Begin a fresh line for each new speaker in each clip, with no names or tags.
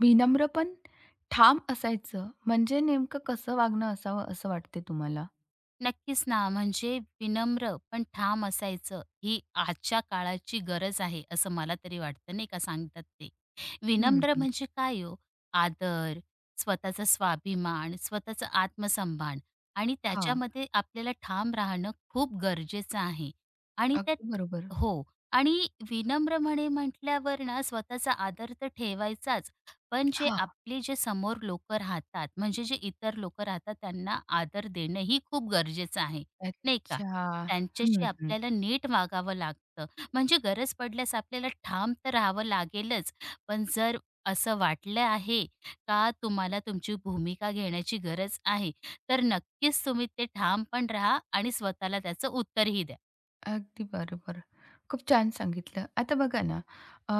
विनम्र पण ठाम असायचं, म्हणजे नेमकं कसं वागणं असावं असं वाटते तुम्हाला?
नक्कीच ना, म्हणजे विनम्र पण ठाम असायचं, ही आजच्या काळाची गरज आहे, असं मला तरी वाटतं, नाही का सांगतात ते.
हं,
विनम्र
हं.
म्हणजे काय हो? आदर, स्वतःचा स्वाभिमान, स्वतःचा आत्मसन्मान आणि
हां,
त्याच्यामध्ये आपल्याला ठाम राहणं खूप गरजेचं आहे. आणि त्या
अगदी बरोबर.
हो. आणि विनम्र म्हटल्यावर ना स्वतःचा आदर तर ठेवायचाच, पण जे
हां,
आपले जे समोर लोकं राहतात, म्हणजे जे इतर लोकं राहतात त्यांना आदर देणंही खूप गरजेचं आहे, नाही का?
अच्छा.
त्यांच्याशी
हं, हं.
आपल्याला नीट वागावं लागतं. म्हणजे गरज पडल्यास आपल्याला ठाम तर राहावं लागेलच, पण जर असं वाटलं आहे का तुम्हाला तुमची भूमिका घेण्याची गरज आहे, तर नक्कीच तुम्ही ते ठाम पण राहा आणि स्वतःला त्याचं उत्तरही द्या.
अगदी बरोबर. खूप छान सांगितलं. आता बघा ना. अ,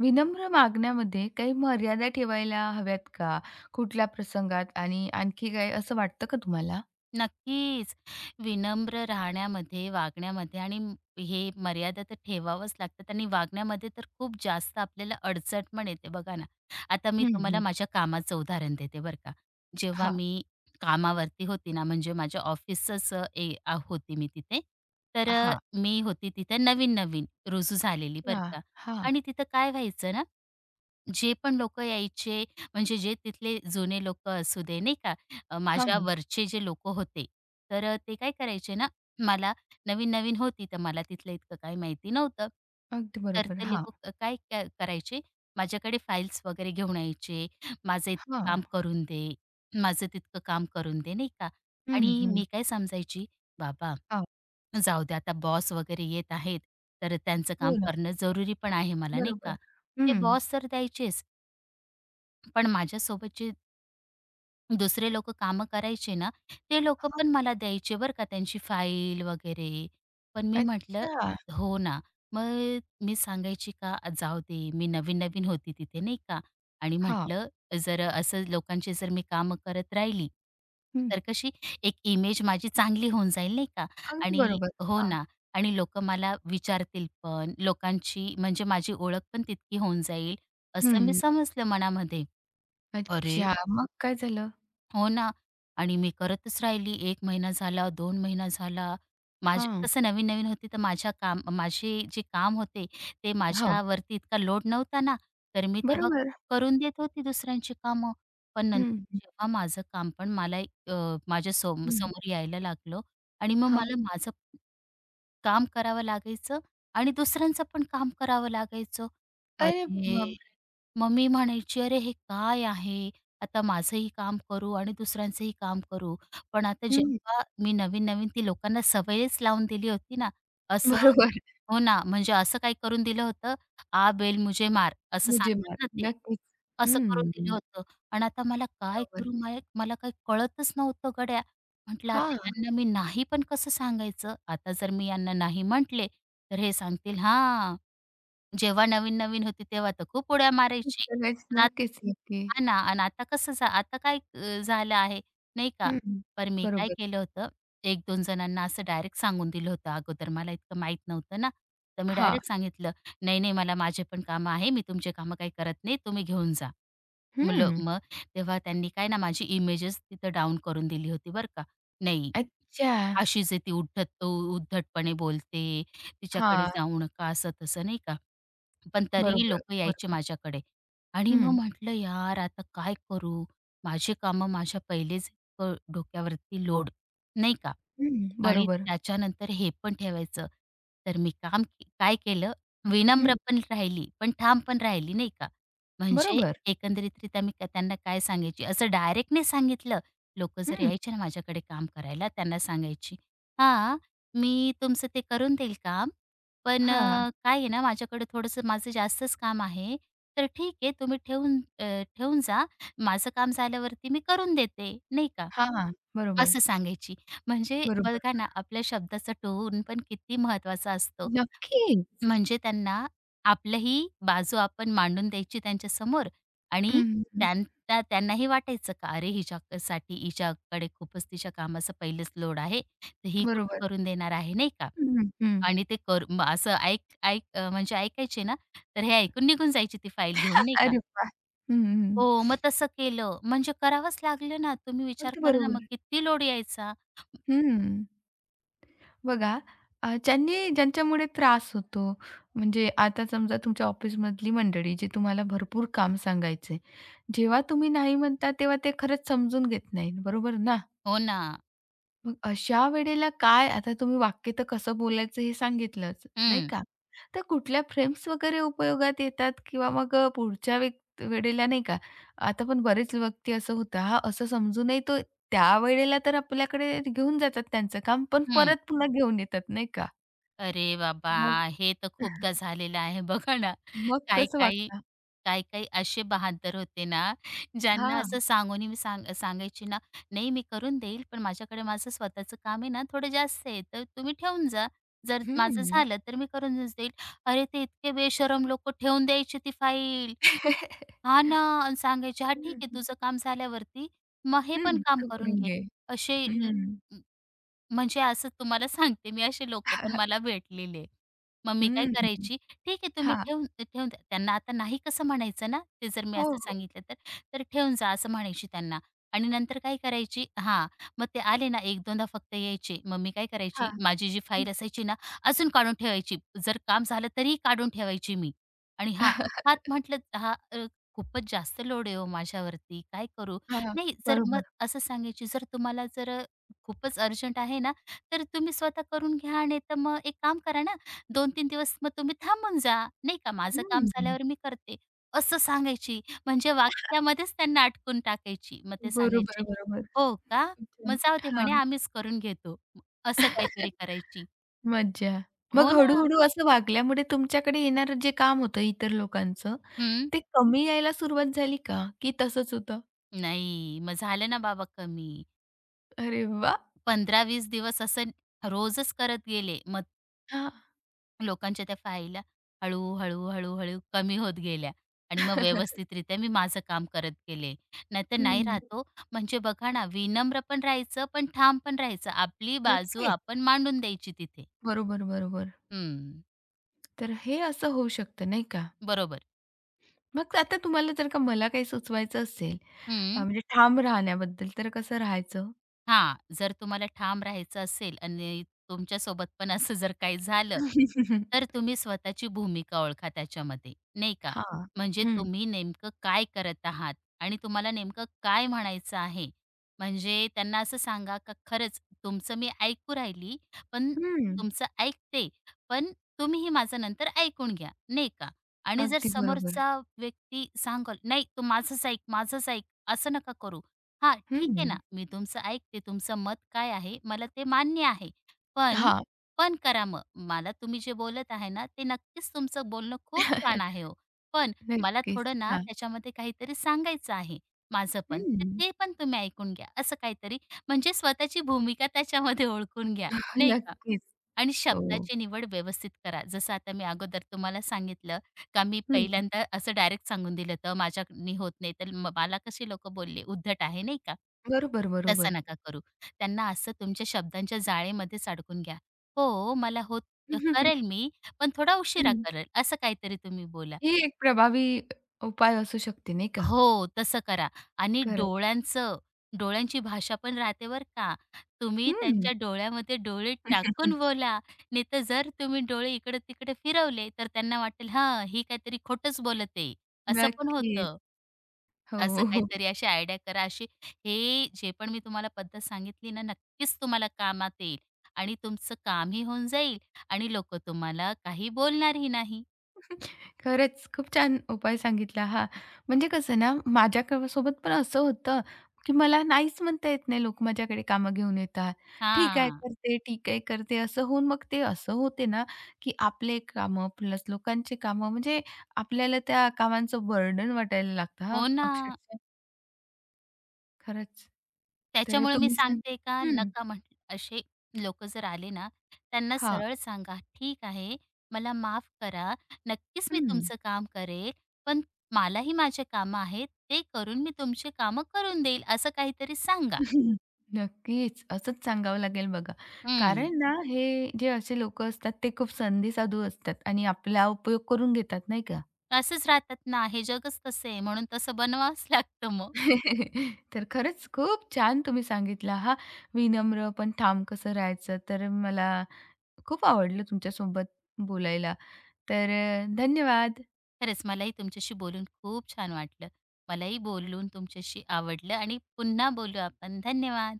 विनम्र मागण्यामध्ये काही मर्यादा ठेवायला हव्यात का? कुठल्या प्रसंगात आणि आणखी काय असं वाटतं का तुम्हाला?
नक्कीच. विनम्र राहण्यामध्ये, वागण्यामध्ये आणि हे मर्यादा तर ठेवावंच लागतात आणि वागण्यामध्ये तर खूप जास्त आपल्याला अडचण पण येते बघा ना. आता मी
हं,
तुम्हाला
हं.
माझ्या कामाचं उदाहरण देते बरं का. जेव्हा
हां,
मी कामावरती होती ना, म्हणजे माझ्या ऑफिसचंच होती मी तिथे. तर अ,
हां.
मी होती तिथे नवीन-नवीन रुजू झालेली
अच्छा.
बरं का
हां.
आणि तिथं काय व्हायचं ना जे पण लोकं यायचे, म्हणजे जे तिथले जुने लोकं असू दे, नाही का,
हां,
माझ्या
हां.
वरचे जे लोकं होते, ते काय करायचे ना, मला नवीन-नवीन होती, तर मला तिथलं इतकं काही माहिती नव्हतं.
अगदी
तर
बरोबर.
ते
हां,
लोकं काय करायचे, माझ्याकडे फाइल्स वगैरे घेऊन यायचे. माझं इतकं
हां.
काम करून दे, माझं तितकं काम करून दे, नाही का.
हं,
आणि
हं.
मी काय समजायची, बाबा
हां.
जाऊ दे आता बॉस वगैरे येत आहेत, तर त्यांचं काम
हो ना.
करणं जरुरी पण आहे मला, नाही का.
बरोबर.
ते
हं.
बॉस तर द्यायचेच, पण माझ्यासोबत जे दुसरे लोकं कामं करायचे ना, ते लोकं
हां.
पण मला द्यायचे बरं का त्यांची फाईल वगैरे. पण मी म्हटलं
अच्छा.
हो ना. मग मी सांगायची का जाऊ दे, मी नवीन-नवीन होती तिथे नाही का आणि
हां.
म्हटलं जर असं लोकांचे जर मी कामं करत राहिली,
हं.
तर कशी एक इमेज माझी चांगली होऊन जाईल नाही का
अगदी
आणि
बरोबर.
हो
हां.
ना आणि लोकं मला विचारतील पण. लोकांची म्हणजे माझी ओळख पण तितकी होऊन जाईल, असं मी
हं.
समजलं मनामध्ये. अरे
अच्छा. मग काय झालं?
हो ना. आणि मी करतच राहिली. 1 महिना झाला, 2 महिना झाला. माझे
हां.
कसं नवीन-नवीन होती तर माझ्या काम माझे जे काम होते ते
हां.
माझ्यावरती इतका लोड नव्हता ना, तर मी तेव्हा
बरोबर.
करून देत होती दुसऱ्यांची कामं. पण नंतर
हं,
जेव्हा माझं काम पण मला माझ्या
हं.
समोर यायला लागलं आणि मग
हां.
मला माझं काम करावं लागायचं आणि दुसऱ्यांचं पण काम करावं लागायचं.
अरे
अरे!
बापरे!
मग मी म्हणायची, "अरे हे काय आहे? आता माझंही काम करू आणि दुसऱ्यांचंही काम करू." पण आता
हं.
जेव्हा मी नवीन-नवीन ती लोकांना सवयच लावून दिली होती ना, असं
बरोबर.
हो ना, म्हणजे असं काही करून दिलं होतं, "आ बेल मुझे मार" असं सांगतात
मुजीमार.
ना ते.
नक्कीच.
असं करून दिलं
हं.
होतं आणि आता मला काय
बरोबर.
करू माय मला काही कळतच नव्हतं गड्या. म्हटलं आता
हां.
यांना मी नाही पण कसं सांगायचं? आता जर मी यांना नाही म्हटले, तर हे सांगतील हां, जेव्हा नवीन-नवीन होती तेव्हा तर खूप उड्या मारायची.
नक्कीच,
पण आत
नक्कीच, नक्की.
हां ना आणि आता कसं झा आता काय झालं आहे, नाही का?
हं.
पण मी काय
बरोबर.
केलं होतं, 1-2 जणांना असं डायरेक्ट सांगून दिलं होतं अगोदर मला इतकं माहीत नव्हतं ना. तर मी
हां.
डायरेक्ट सांगितलं, "नाही, नाही मला माझे पण कामं आहे. मी तुमचे कामं काही करत नाही. तुम्ही घेऊन जा." मुलं
हं.
मग तेव्हा त्यांनी काय ना माझी इमेजेस तिथं डाउन करून दिली होती बरं का. नाही,
अच्छा.
अशीच आहे ती उद्धटपणे बोलते, तिच्याकडे
हां.
जाऊ नका असं-तसं नाही का. पण तरीही
बरोबर,
लोकं
अगदी
यायचे
बरोबर.
माझ्याकडे आणि मग
हं.
म्हटलं, "यार आता काय करू?" माझे कामं माझ्या पहिलेच अ, डोक्यावरती लोड, नाही का.
हं.
आणि
बरोबर.
त्याच्यानंतर हे पण ठेवायचं. तर मी काय केलं, विनम्र
हं.
पण राहिली, पण ठाम पण राहिली नाही का. म्हणजे
बरोबर.
एकंदरीतरीत्या मी त्यांना काय सांगायची, असं डायरेक्ट नाही सांगितलं. लोकं जर
हं.
यायचे ना माझ्याकडे काम करायला, त्यांना सांगायची, "हां, मी तुमचं ते करून देईल काम, पण
हां.
काय आहे ना, माझ्याकडे थोडंसं माझं जास्तच काम आहे, तर ठीक आहे तुम्ही ठेवून जा. माझं काम झाल्यावरती मी करून देते." नाही का.
हां, हां. बरोबर,
असं सांगायची. म्हणजे
बरोबर.
बघा ना, आपल्या शब्दाचा टोन पण किती महत्त्वाचा असतो.
नक्की.
म्हणजे त्यांना आपलीही बाजू आपण मांडून द्यायची त्यांच्यासमोर
हं,
आणि
हं. हं.
त्यांनाही वाटायचं का अरे हिच्यासाठी हिच्याकडे खूपच तिच्या कामाचा पहिलेच लोड आहे. तर ही कुठं
बरोबर.
करून देणार आहे, नाही का?
हं, हं. हं.
आणि ते कर म असं ऐक ऐक अ, म्हणजे ऐकायचे ना, तर हे ऐकून निघून जायची ती फाईल घेऊन, नाही का?
अरे वाह! हं,
हो,
हं.
मग तसं केलं म्हणजे करावंच लागलं ना. तुम्ही विचार
अगदी
करा ना,
बरोबर.
मग किती लोड यायचा.
हं. बघा. ज्यांनी ज्यांच्यामुळे त्रास होतो म्हणजे आता समजा तुमच्या ऑफिसमधली मंडळी जी तुम्हाला भरपूर काम सांगायचंय. जेव्हा तुम्ही नाही म्हणता तेव्हा ते खरंच समजून घेत नाही. बरोबर ना?
हो ना.
मग अशा वेळेला काय आता तुम्ही वाक्य तर कसं बोलायचं हे सांगितलंच, नाही
हं,
का? तर कुठल्या फ्रेम्स वगैरे उपयोगात येतात किंवा मग पुढच्या वेळेला नाही का, आता पण बरेच व्यक्ती असं होतं, हां, असं समजूनही तो त्यावेळेला तर आपल्याकडे घेऊन जातात त्यांचं काम, पण
हं.
परत पुन्हा घेऊन येतात, नाही का?
अरे बाबा!
मग
हे तर खूपदा झालेलं आहे. बघा ना,
मग कसं
काही-काही,
वागता?
काही-काही असे बहाद्दर होते ना, ज्यांना असं
हां.
सांगून मी सांगायची ना, "नाही मी करून देईल, पण माझ्याकडे माझं स्वतःचं काम आहे ना, थोडं जास्त आहे, तर तुम्ही ठेवून जा. जर माझं
हं.
झालं तर मी करूनच देईल." अरे ते इतके बेशरम लोकं ठेवून द्यायची ती फाईल.
हं,
हां
हं.
ना, आणि सांगायचे, "हां, ठीक आहे तुझं काम झाल्यावरती, मग हे पण काम
तू
करून
करून
घे."
घे.
असे
हं.
म्हणजे असं तुम्हाला सांगते मी असे लोकं पण मला भेटलेले. मग मी काय
हं.
करायची, "ठीक आहे
हां.
तुम्ही ठेवून ठेवून द्या." त्यांना आता नाही कसं म्हणायचं ना, ते जर मी
हो,
असं
हो.
सांगितलं तर. तर "ठेवून जा" असं म्हणायची त्यांना आणि नंतर काय करायची हां, मग ते आले ना 1-2दा फक्त यायचे. मग मी काय करायची,
हां.
माझी जी फाईल असायची ना, अजून काढून ठेवायची. जर काम झालं तरीही काढून ठेवायची मी. आणि हां, हात म्हटलं खूपच जास्त लोड आहे हो माझ्यावरती, काय करू?
हां, हां.
नाही जर मग
बरोबर.
असं सांगायची, "जर तुम्हाला खूपच अर्जंट आहे ना, तर तुम्ही स्वतः करून घ्या. नाहीतर मग एक काम करा ना, 2 तीन दिवस मग तुम्ही थांबून जा, नाही का, माझं काम
हं.
झाल्यावर मी करते, असं सांगायची. म्हणजे वाक्यामध्येच त्यांना अडकून टाकायची. मग ते
बरोबर,
सांगायचे,
बरोबर.
"हो का?
खूप
मग
छान.
जाऊ दे
हां.
म्हणे आम्हीच करून घेतो." असं काहीतरी करायची.
मज्जा. मग
हो ना.
हळू-हळू असं वागल्यामुळे तुमच्याकडे येणारं जे काम होतं इतर लोकांचं,
हं.
ते कमी यायला सुरुवात झाली का? की तसंच होतं?
नाही, मग झालं ना बाबा कमी.
अरे वाह!
15-20 दिवस असं रोजच करत गेले. मग
हां.
लोकांच्या त्या फाईला हळू, हळू, हळू, हळू कमी होत गेल्या आणि मग व्यवस्थितरित्या मी माझं काम करत गेले. नाहीतर नाही
हं.
राहत ओ. म्हणजे बघा ना, विनम्र पण राहायचं, पण ठाम पण राहायचं. आपली बाजू
नक्कीच.
आपण मांडून द्यायची तिथे.
बरोबर, बरोबर.
हं,
तर हे असं होऊ शकतं नाही का?
बरोबर.
मग आता तुम्हाला जर का मला काही सुचवायचं असेल.
हं.
म्हणजे ठाम राहण्याबद्दल, तर कसं राहायचं?
हा, जर तुम्हाला ठाम राहायचं असेल आणि तुमच्यासोबत पण असं जर काही झालं, तर तुम्ही स्वतःची भूमिका ओळखा त्याच्यामध्ये, नाही का?
हां.
म्हणजे
हं.
तुम्ही नेमकं काय करत आहात आणि तुम्हाला नेमकं काय म्हणायचं आहे. म्हणजे त्यांना असं सांगा का खरंच तुमचं मी ऐकू राहिली, पण
हं.
तुमचं ऐकते, पण तुम्हीही माझं नंतर ऐकून घ्या, नाही का? आणि जर
अगदी बरोबर.
समोरचा व्यक्ती सांगेल, "नाही, तू माझंच ऐक, माझंच ऐक," असं नका करू. हा, ठीक आहे ना,
हं.
मी तुमचं ऐकते, तुमचं मत काय आहे, मला ते मान्य आहे. पण,
हां.
पण करा मग. मला तुम्ही जे बोलत आहे ना, ते नक्कीच तुमचं बोलणं खूप छान आहे हो. पण मला
नक्कीच.
थोडं ना
हां.
त्याच्यामध्ये काहीतरी सांगायचं आहे, माझं पण. तर
हं.
ते पण तुम्ही ऐकून घ्या, असं काहीतरी. म्हणजे स्वतःची भूमिका त्याच्यामध्ये ओळखून घ्या, नाही का?
नक्कीच.
आणि
हो.
शब्दाची निवड व्यवस्थित करा. जसं आता मी अगोदर तुम्हाला सांगितलं का मी
हं.
पहिल्यांदा असं डायरेक्ट सांगून दिलं होतं, माझ्यानी होत नाही, तर मला कसे लोकं बोलले, उद्धट आहे, नाही का?
बरोबर, बरोबर.
तसं नका करू. त्यांना असं तुमच्या शब्दांच्या जाळेमध्येच अडकून घ्या. "हो, मला होत करेल मी, पण थोडा उशिरा
हं.
करेल." असं काहीतरी तुम्ही बोला.
ही एक प्रभावी उपाय असू शकते नाही का?
हो, तसं करा आणि
खरंच.
डोळ्यांची भाषा पण राहते बरं का. तुम्ही
हं.
त्यांच्या डोळ्यामध्ये डोळे टाकून बोला. नाहीतर जर तुम्ही डोळे इकडे-तिकडे फिरवले, तर त्यांना वाटेल, "हां, ही काहीतरी खोटंच बोलत असं पण
नक्कीच.
होतं. असं
हो.
काहीतरी अशी आयडिया करा. हे जे पण मी तुम्हाला पद्धत सांगितली ना, नक्कीच तुम्हाला कामात येईल आणि तुमचं कामही होऊन जाईल आणि लोकं तुम्हाला काही बोलणारही नाही.
खरंच खूप छान उपाय सांगितला हा. म्हणजे कसं ना, माझ्या सोबत पण असं होतं, की मला नाहीच म्हणता येत नाही. लोक माझ्याकडे कामं घेऊन येतात. ठीक आहे
हां.
करते, ठीक आहे करते, असं होऊन मग ते असं होते ना, की आपले कामं प्लस लोकांचे कामं म्हणजे आपल्याला त्या कामांचं बर्डन वाटायला लागतं हां,
हो ना.
अक्षरशः खरंच. तर
त्याच्यामुळे मी
तुम्ही सांग.
सांगते का
हं.
नका म्हटलं असे लोकं जर आले ना, त्यांना
हां.
सरळ सांगा, "ठीक आहे, मला माफ करा. नक्कीच मी
हं.
तुमचं काम करेल, पण मलाही माझे कामं आहेत. ते करून मी तुमची कामं करून देईल." असं काहीतरी सांगा.
नक्कीच. असंच सांगावं लागेल बघा.
हं.
कारण ना हे जे असे लोकं असतात ते खूप संधीसाधू असतात आणि आपला उपयोग करून घेतात, नाही का?
असंच राहतात ना, हे जगच तसं आहे म्हणून तसं बनवावंच लागतं मग.
तर खरंच खूप छान तुम्ही सांगितला हां, विनम्र पण ठाम कसं राहायचं. तर मला खूप आवडलं तुमच्यासोबत बोलायला. तर धन्यवाद.
खरंच मलाही तुमच्याशी बोलून खूप छान वाटलं. मलाही बोलून तुमच्याशी आवडलं आणि पुन्हा बोलू आपण. धन्यवाद.